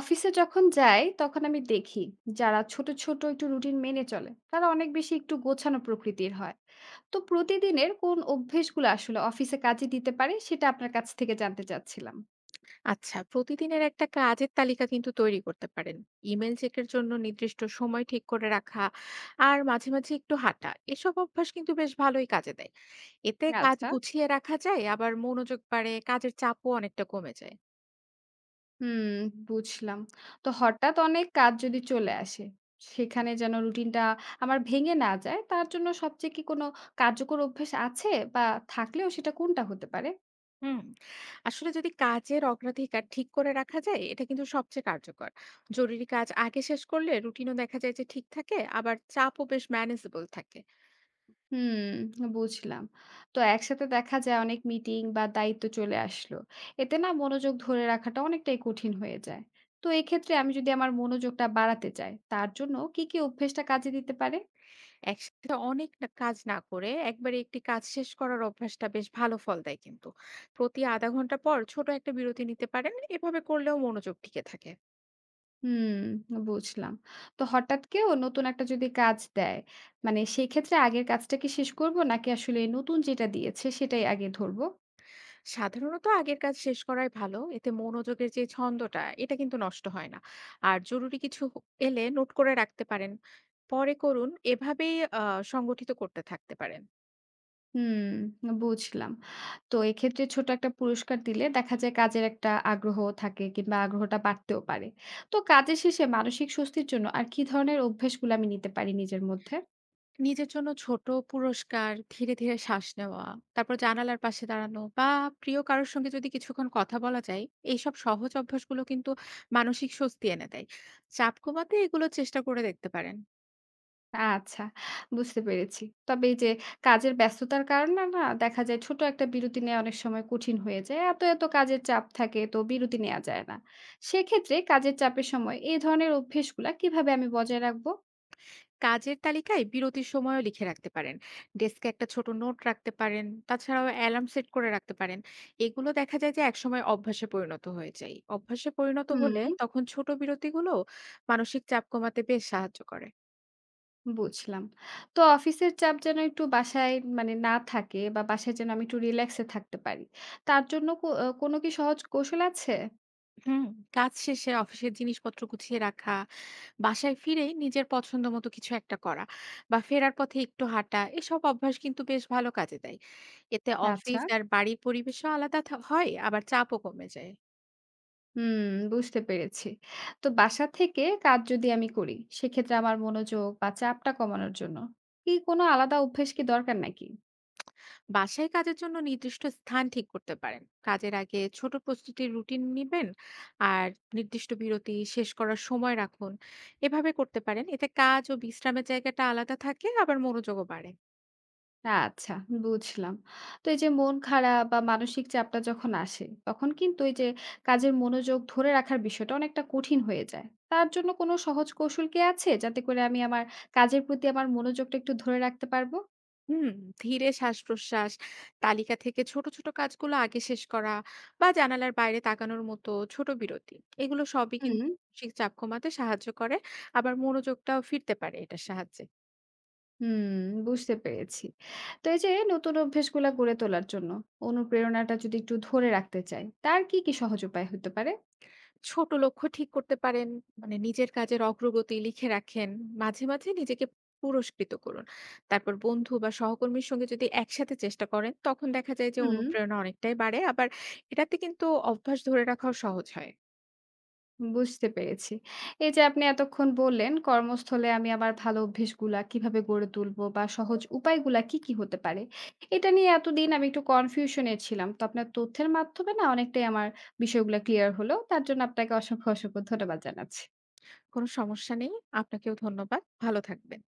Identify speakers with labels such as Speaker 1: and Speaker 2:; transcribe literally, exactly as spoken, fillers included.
Speaker 1: অফিসে যখন যাই তখন আমি দেখি যারা ছোট ছোট একটু রুটিন মেনে চলে তারা অনেক বেশি একটু গোছানো প্রকৃতির হয়। তো প্রতিদিনের কোন অভ্যেসগুলো আসলে অফিসে কাজে দিতে পারে সেটা আপনার কাছ থেকে জানতে চাচ্ছিলাম।
Speaker 2: আচ্ছা, প্রতিদিনের একটা কাজের তালিকা কিন্তু তৈরি করতে পারেন। ইমেল চেকের জন্য নির্দিষ্ট সময় ঠিক করে রাখা, আর মাঝে মাঝে একটু হাঁটা, এসব অভ্যাস কিন্তু বেশ ভালোই কাজে দেয়। এতে কাজ
Speaker 1: আচ্ছা।
Speaker 2: গুছিয়ে রাখা যায়, আবার মনোযোগ বাড়ে, কাজের চাপও অনেকটা কমে যায়।
Speaker 1: হুম। বুঝলাম। তো হঠাৎ অনেক কাজ যদি চলে আসে, সেখানে যেন রুটিনটা আমার ভেঙে না যায়, তার জন্য সবচেয়ে কি কোনো কার্যকর অভ্যেস আছে, বা থাকলেও সেটা কোনটা হতে পারে?
Speaker 2: হুম আসলে যদি কাজের অগ্রাধিকার ঠিক করে রাখা যায়, এটা কিন্তু সবচেয়ে কার্যকর। জরুরি কাজ আগে শেষ করলে রুটিনও দেখা যায় যে ঠিক থাকে, আবার চাপও বেশ ম্যানেজেবল থাকে।
Speaker 1: হুম, বুঝলাম। তো একসাথে দেখা যায় অনেক মিটিং বা দায়িত্ব চলে আসলো। এতে না মনোযোগ ধরে রাখাটা অনেকটাই কঠিন হয়ে যায়। তো এক্ষেত্রে আমি যদি আমার মনোযোগটা বাড়াতে চাই, তার জন্য কি, কি অভ্যেসটা কাজে দিতে পারে?
Speaker 2: একসাথে অনেক না কাজ না করে একবারে একটি কাজ শেষ করার অভ্যাসটা বেশ ভালো ফল দেয় কিন্তু। প্রতি আধা ঘন্টা পর ছোট একটা বিরতি নিতে পারেন। এভাবে করলেও মনোযোগ টিকে থাকে।
Speaker 1: হুম, বুঝলাম। তো হঠাৎ কেউ নতুন একটা যদি কাজ দেয়, মানে সেক্ষেত্রে আগের কাজটা কি শেষ করব নাকি আসলে নতুন যেটা দিয়েছে সেটাই আগে ধরব?
Speaker 2: সাধারণত আগের কাজ শেষ করাই ভালো। এতে মনোযোগের যে ছন্দটা, এটা কিন্তু নষ্ট হয় না। আর জরুরি কিছু হ এলে নোট করে রাখতে পারেন। পরে করুন, এভাবেই আ সংগঠিত করতে থাকতে পারেন।
Speaker 1: হুম, বুঝলাম। তো এক্ষেত্রে ছোট একটা পুরস্কার দিলে দেখা যায় কাজের একটা আগ্রহ থাকে কিংবা আগ্রহটা বাড়তেও পারে। তো কাজের শেষে মানসিক স্বস্তির জন্য আর কি ধরনের অভ্যাসগুলো আমি নিতে পারি নিজের মধ্যে?
Speaker 2: নিজের জন্য ছোট পুরস্কার, ধীরে ধীরে শ্বাস নেওয়া, তারপর জানালার পাশে দাঁড়ানো, বা প্রিয় কারো সঙ্গে যদি কিছুক্ষণ কথা বলা যায়, এইসব সহজ অভ্যাসগুলো কিন্তু মানসিক স্বস্তি এনে দেয়। চাপ কমাতে এগুলো চেষ্টা করে দেখতে পারেন।
Speaker 1: আচ্ছা, বুঝতে পেরেছি। তবে এই যে কাজের ব্যস্ততার কারণে না দেখা যায় ছোট একটা বিরতি নেওয়া অনেক সময় কঠিন হয়ে যায়। এত, এত কাজের চাপ থাকে তো বিরতি নেওয়া যায় না। সেক্ষেত্রে কাজের চাপের সময় এই ধরনের অভ্যাসগুলা কিভাবে আমি বজায় রাখবো?
Speaker 2: কাজের তালিকায় বিরতির সময়ও লিখে রাখতে পারেন। ডেস্কে একটা ছোট নোট রাখতে পারেন। তাছাড়াও অ্যালার্ম সেট করে রাখতে পারেন। এগুলো দেখা যায় যে একসময় অভ্যাসে পরিণত হয়ে যায়। অভ্যাসে পরিণত
Speaker 1: হুম।
Speaker 2: হলে তখন ছোট বিরতিগুলো মানসিক চাপ কমাতে বেশ সাহায্য করে।
Speaker 1: বুঝলাম। তো অফিসের চাপ যেন একটু বাসায় মানে না থাকে বা বাসায় যেন আমি একটু রিল্যাক্স এ থাকতে পারি। তার জন্য কো আ কোনো কি সহজ কৌশল আছে?
Speaker 2: হুম কাজ শেষে অফিসের জিনিসপত্র গুছিয়ে রাখা, বাসায় ফিরে নিজের পছন্দ মতো কিছু একটা করা, বা ফেরার পথে একটু হাঁটা, এসব অভ্যাস কিন্তু বেশ ভালো কাজে দেয়। এতে
Speaker 1: আচ্ছা।
Speaker 2: অফিস আর বাড়ির পরিবেশও আলাদা থা- হয়, আবার চাপও কমে যায়।
Speaker 1: হুম, বুঝতে পেরেছি। তো বাসা থেকে কাজ যদি আমি করি, সেক্ষেত্রে আমার মনোযোগ বা চাপটা কমানোর জন্য কি কোনো আলাদা অভ্যাস কি দরকার নাকি?
Speaker 2: বাসায় কাজের জন্য নির্দিষ্ট স্থান ঠিক করতে পারেন, কাজের আগে ছোট প্রস্তুতির রুটিন নেবেন, আর নির্দিষ্ট বিরতি শেষ করার সময় রাখুন। এভাবে করতে পারেন, এতে কাজ ও বিশ্রামের জায়গাটা আলাদা থাকে, আবার মনোযোগও বাড়ে।
Speaker 1: আচ্ছা, বুঝলাম। তো এই যে মন খারাপ বা মানসিক চাপটা যখন আসে, তখন কিন্তু এই যে কাজের মনোযোগ ধরে রাখার বিষয়টা অনেকটা কঠিন হয়ে যায়। তার জন্য কোনো সহজ কৌশল কি আছে, যাতে করে আমি আমার কাজের প্রতি আমার মনোযোগটা একটু ধরে রাখতে পারবো?
Speaker 2: হুম, ধীরে শ্বাস-প্রশ্বাস, তালিকা থেকে ছোট ছোট কাজগুলো আগে শেষ করা, বা জানালার বাইরে তাকানোর মতো ছোট বিরতি। এগুলো সবই কিন্তু
Speaker 1: হুম।
Speaker 2: মানসিক চাপ কমাতে সাহায্য করে। আবার মনোযোগটাও ফিরতে পারে এটার সাহায্যে।
Speaker 1: হুম, বুঝতে পেরেছি। তো এই যে নতুন অভ্যাসগুলা গড়ে তোলার জন্য অনুপ্রেরণাটা যদি একটু ধরে রাখতে চাই, তার কি, কি সহজ উপায় হতে পারে?
Speaker 2: ছোট লক্ষ্য ঠিক করতে পারেন, মানে নিজের কাজের অগ্রগতি লিখে রাখেন। মাঝে মাঝে নিজেকে পুরস্কৃত করুন। তারপর বন্ধু বা সহকর্মীর সঙ্গে যদি একসাথে চেষ্টা করেন, তখন দেখা যায় যে
Speaker 1: হুম।
Speaker 2: অনুপ্রেরণা অনেকটাই বাড়ে। আবার এটাতে কিন্তু অভ্যাস ধরে রাখাও সহজ হয়।
Speaker 1: বুঝতে পেরেছি। এই যে আপনি এতক্ষণ বললেন, কর্মস্থলে আমি আমার ভালো অভ্যেসগুলা কিভাবে গড়ে তুলবো বা সহজ উপায়গুলা কি, কি হতে পারে? এটা নিয়ে এতদিন আমি একটু কনফিউশন এ ছিলাম। তো আপনার তথ্যের মাধ্যমে না অনেকটাই আমার বিষয়গুলা ক্লিয়ার হলো। তার জন্য আপনাকে অসংখ্য, অসংখ্য ধন্যবাদ জানাচ্ছি।
Speaker 2: কোনো সমস্যা নেই। আপনাকেও ধন্যবাদ। ভালো থাকবেন।